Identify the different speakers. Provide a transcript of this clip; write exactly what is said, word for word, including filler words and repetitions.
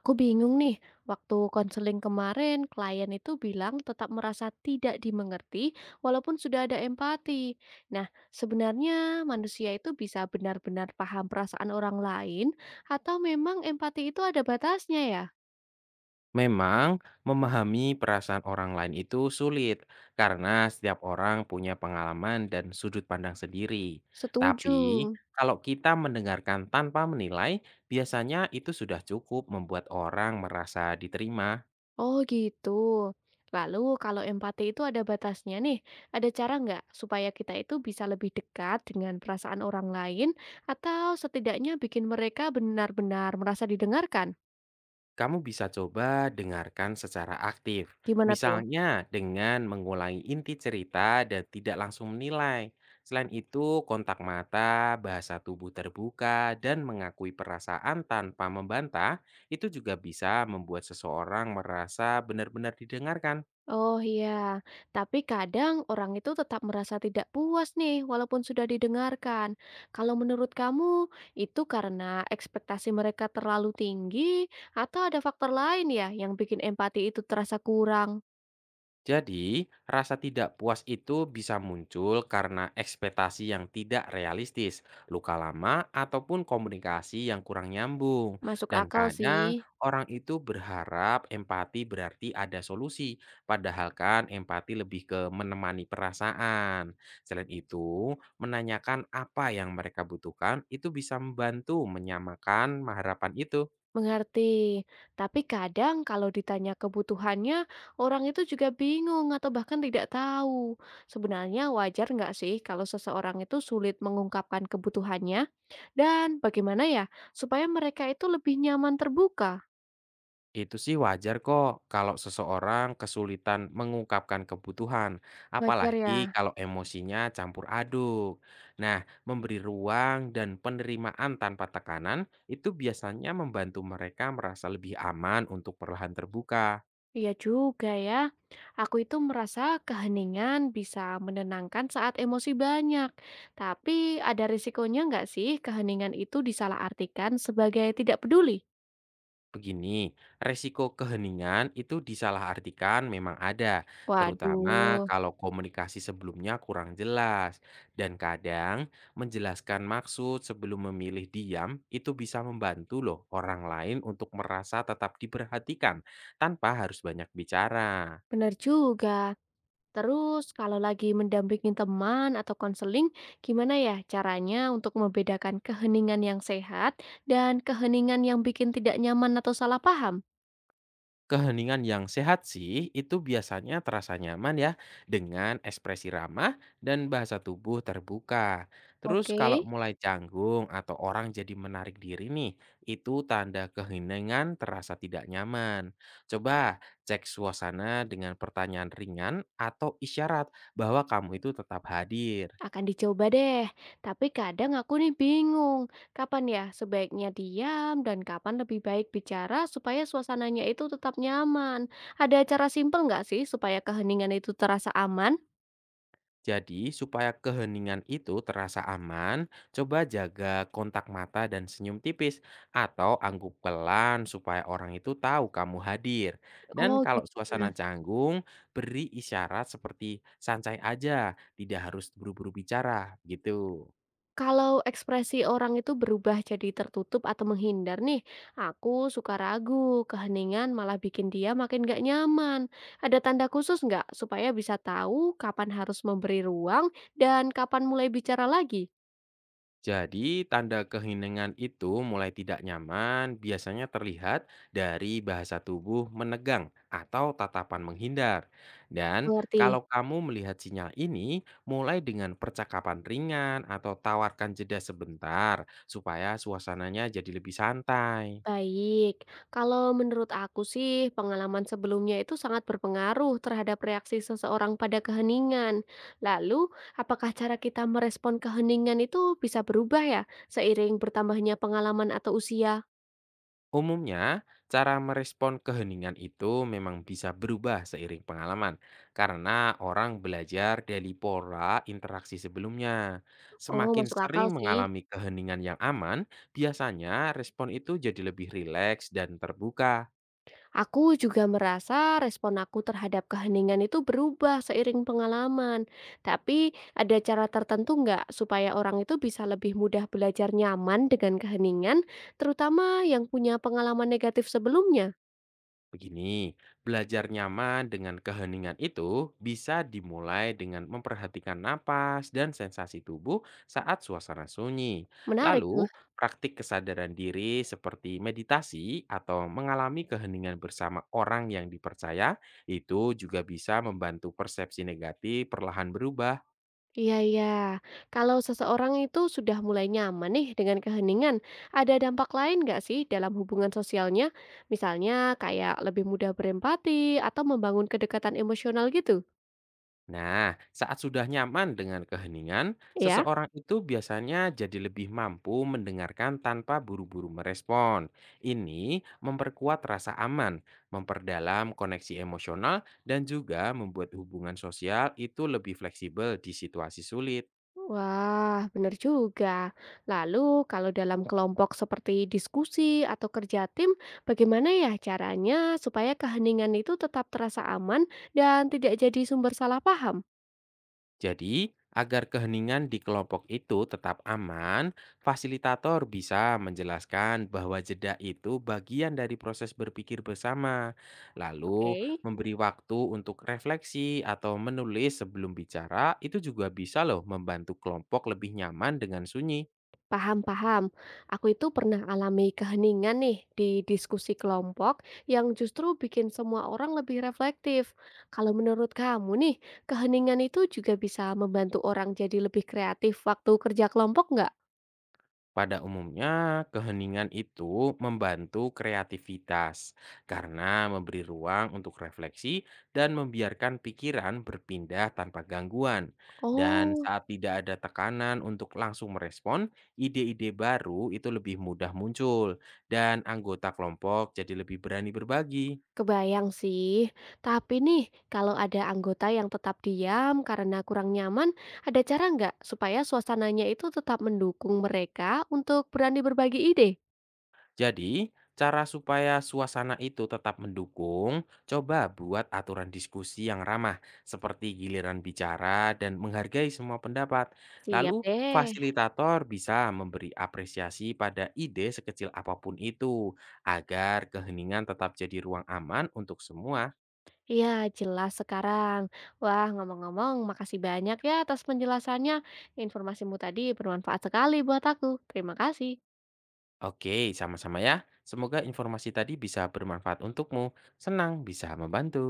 Speaker 1: Aku bingung nih, waktu konseling kemarin klien itu bilang tetap merasa tidak dimengerti walaupun sudah ada empati. Nah, sebenarnya manusia itu bisa benar-benar paham perasaan orang lain atau memang empati itu ada batasnya ya?
Speaker 2: Memang, memahami perasaan orang lain itu sulit karena setiap orang punya pengalaman dan sudut pandang sendiri.
Speaker 1: Setuju.
Speaker 2: Tapi, kalau kita mendengarkan tanpa menilai, biasanya itu sudah cukup membuat orang merasa diterima.
Speaker 1: Oh gitu. Lalu kalau empati itu ada batasnya nih, ada cara nggak supaya kita itu bisa lebih dekat dengan perasaan orang lain atau setidaknya bikin mereka benar-benar merasa didengarkan?
Speaker 2: Kamu bisa coba dengarkan secara aktif,
Speaker 1: Gimana tuh?
Speaker 2: misalnya dengan mengulangi inti cerita dan tidak langsung menilai. Selain itu, kontak mata, bahasa tubuh terbuka, dan mengakui perasaan tanpa membantah itu juga bisa membuat seseorang merasa benar-benar didengarkan.
Speaker 1: Oh iya, tapi kadang orang itu tetap merasa tidak puas nih walaupun sudah didengarkan. Kalau menurut kamu itu karena ekspektasi mereka terlalu tinggi atau ada faktor lain ya yang bikin empati itu terasa kurang?
Speaker 2: Jadi, rasa tidak puas itu bisa muncul karena ekspektasi yang tidak realistis, luka lama, ataupun komunikasi yang kurang nyambung.
Speaker 1: Masuk
Speaker 2: Dan
Speaker 1: akal sih.
Speaker 2: kadang orang itu berharap empati berarti ada solusi, padahal kan empati lebih ke menemani perasaan. Selain itu, menanyakan apa yang mereka butuhkan itu bisa membantu menyamakan harapan itu.
Speaker 1: Mengerti. Tapi kadang kalau ditanya kebutuhannya, orang itu juga bingung atau bahkan tidak tahu. Sebenarnya wajar nggak sih kalau seseorang itu sulit mengungkapkan kebutuhannya? Dan bagaimana ya supaya mereka itu lebih nyaman terbuka?
Speaker 2: Itu sih wajar kok kalau seseorang kesulitan mengungkapkan kebutuhan,
Speaker 1: Wajar
Speaker 2: apalagi
Speaker 1: ya.
Speaker 2: kalau emosinya campur aduk. Nah, memberi ruang dan penerimaan tanpa tekanan itu biasanya membantu mereka merasa lebih aman untuk perlahan terbuka.
Speaker 1: Iya juga ya. Aku itu merasa keheningan bisa menenangkan saat emosi banyak. Tapi ada risikonya nggak sih keheningan itu disalahartikan sebagai tidak peduli?
Speaker 2: Begini, resiko keheningan itu disalahartikan memang ada, terutama
Speaker 1: Waduh.
Speaker 2: kalau komunikasi sebelumnya kurang jelas. Dan kadang menjelaskan maksud sebelum memilih diam itu bisa membantu loh orang lain untuk merasa tetap diperhatikan tanpa harus banyak bicara.
Speaker 1: Benar juga. Terus kalau lagi mendampingi teman atau konseling, gimana ya caranya untuk membedakan keheningan yang sehat dan keheningan yang bikin tidak nyaman atau salah paham?
Speaker 2: Keheningan yang sehat sih itu biasanya terasa nyaman ya dengan ekspresi ramah dan bahasa tubuh terbuka. Terus
Speaker 1: Oke,
Speaker 2: kalau mulai canggung atau orang jadi menarik diri nih, itu tanda keheningan terasa tidak nyaman. Coba cek suasana dengan pertanyaan ringan atau isyarat bahwa kamu itu tetap hadir.
Speaker 1: akan dicoba deh. Tapi kadang aku nih bingung, kapan ya sebaiknya diam dan kapan lebih baik bicara supaya suasananya itu tetap nyaman. Ada cara simpel nggak sih supaya keheningan itu terasa aman?
Speaker 2: Jadi, supaya keheningan itu terasa aman, coba jaga kontak mata dan senyum tipis atau angguk pelan supaya orang itu tahu kamu hadir. Dan
Speaker 1: Oh gitu.
Speaker 2: kalau suasana canggung, beri isyarat seperti santai aja, tidak harus buru-buru bicara, gitu.
Speaker 1: Kalau ekspresi orang itu berubah jadi tertutup atau menghindar nih, aku suka ragu, keheningan malah bikin dia makin gak nyaman. Ada tanda khusus nggak supaya bisa tahu kapan harus memberi ruang dan kapan mulai bicara lagi?
Speaker 2: Jadi, tanda keheningan itu mulai tidak nyaman biasanya terlihat dari bahasa tubuh menegang atau tatapan menghindar. Dan
Speaker 1: Mengerti?
Speaker 2: kalau kamu melihat sinyal ini, mulai dengan percakapan ringan atau tawarkan jeda sebentar supaya suasananya jadi lebih santai.
Speaker 1: Baik, kalau menurut aku sih pengalaman sebelumnya itu sangat berpengaruh terhadap reaksi seseorang pada keheningan. Lalu, apakah cara kita merespon keheningan itu bisa berubah ya seiring bertambahnya pengalaman atau usia?
Speaker 2: Umumnya, cara merespon keheningan itu memang bisa berubah seiring pengalaman, karena orang belajar dari pola interaksi sebelumnya.
Speaker 1: Oh,
Speaker 2: Semakin
Speaker 1: masuk akal
Speaker 2: sering
Speaker 1: sih.
Speaker 2: mengalami keheningan yang aman, biasanya respon itu jadi lebih rileks dan terbuka.
Speaker 1: Aku juga merasa respon aku terhadap keheningan itu berubah seiring pengalaman. Tapi ada cara tertentu nggak supaya orang itu bisa lebih mudah belajar nyaman dengan keheningan, terutama yang punya pengalaman negatif sebelumnya?
Speaker 2: Begini, belajar nyaman dengan keheningan itu bisa dimulai dengan memperhatikan napas dan sensasi tubuh saat suasana sunyi.
Speaker 1: Menarik tuh.
Speaker 2: Lalu, praktik kesadaran diri seperti meditasi atau mengalami keheningan bersama orang yang dipercaya itu juga bisa membantu persepsi negatif perlahan berubah.
Speaker 1: Iya, iya. Kalau seseorang itu sudah mulai nyaman nih dengan keheningan, ada dampak lain nggak sih dalam hubungan sosialnya? Misalnya kayak lebih mudah berempati atau membangun kedekatan emosional gitu,
Speaker 2: Nah, saat sudah nyaman dengan keheningan,
Speaker 1: ya?
Speaker 2: seseorang itu biasanya jadi lebih mampu mendengarkan tanpa buru-buru merespon. Ini memperkuat rasa aman, memperdalam koneksi emosional, dan juga membuat hubungan sosial itu lebih fleksibel di situasi sulit.
Speaker 1: Wah, benar juga. Lalu, kalau dalam kelompok seperti diskusi atau kerja tim, bagaimana ya caranya supaya keheningan itu tetap terasa aman dan tidak jadi sumber salah paham?
Speaker 2: Jadi, agar keheningan di kelompok itu tetap aman, fasilitator bisa menjelaskan bahwa jeda itu bagian dari proses berpikir bersama,
Speaker 1: Oke.
Speaker 2: lalu memberi waktu untuk refleksi atau menulis sebelum bicara. Itu juga bisa, loh, membantu kelompok lebih nyaman dengan sunyi.
Speaker 1: Paham-paham, aku itu pernah alami keheningan nih di diskusi kelompok yang justru bikin semua orang lebih reflektif. Kalau menurut kamu nih, keheningan itu juga bisa membantu orang jadi lebih kreatif waktu kerja kelompok nggak?
Speaker 2: Pada umumnya, keheningan itu membantu kreativitas karena memberi ruang untuk refleksi dan membiarkan pikiran berpindah tanpa gangguan. Dan
Speaker 1: Oh.
Speaker 2: saat tidak ada tekanan untuk langsung merespon, ide-ide baru itu lebih mudah muncul dan anggota kelompok jadi lebih berani berbagi.
Speaker 1: Kebayang sih, tapi nih kalau ada anggota yang tetap diam karena kurang nyaman, ada cara nggak supaya suasananya itu tetap mendukung mereka untuk berani berbagi ide?
Speaker 2: Jadi, cara supaya suasana itu tetap mendukung, coba buat aturan diskusi yang ramah, seperti giliran bicara dan menghargai semua pendapat.
Speaker 1: Siap
Speaker 2: Lalu,
Speaker 1: deh.
Speaker 2: fasilitator bisa memberi apresiasi pada ide sekecil apapun itu, agar keheningan tetap jadi ruang aman untuk semua.
Speaker 1: Iya, jelas sekarang. Wah, ngomong-ngomong, makasih banyak ya atas penjelasannya. Informasimu tadi bermanfaat sekali buat aku. Terima kasih.
Speaker 2: Oke, sama-sama ya. Semoga informasi tadi bisa bermanfaat untukmu. Senang bisa membantu.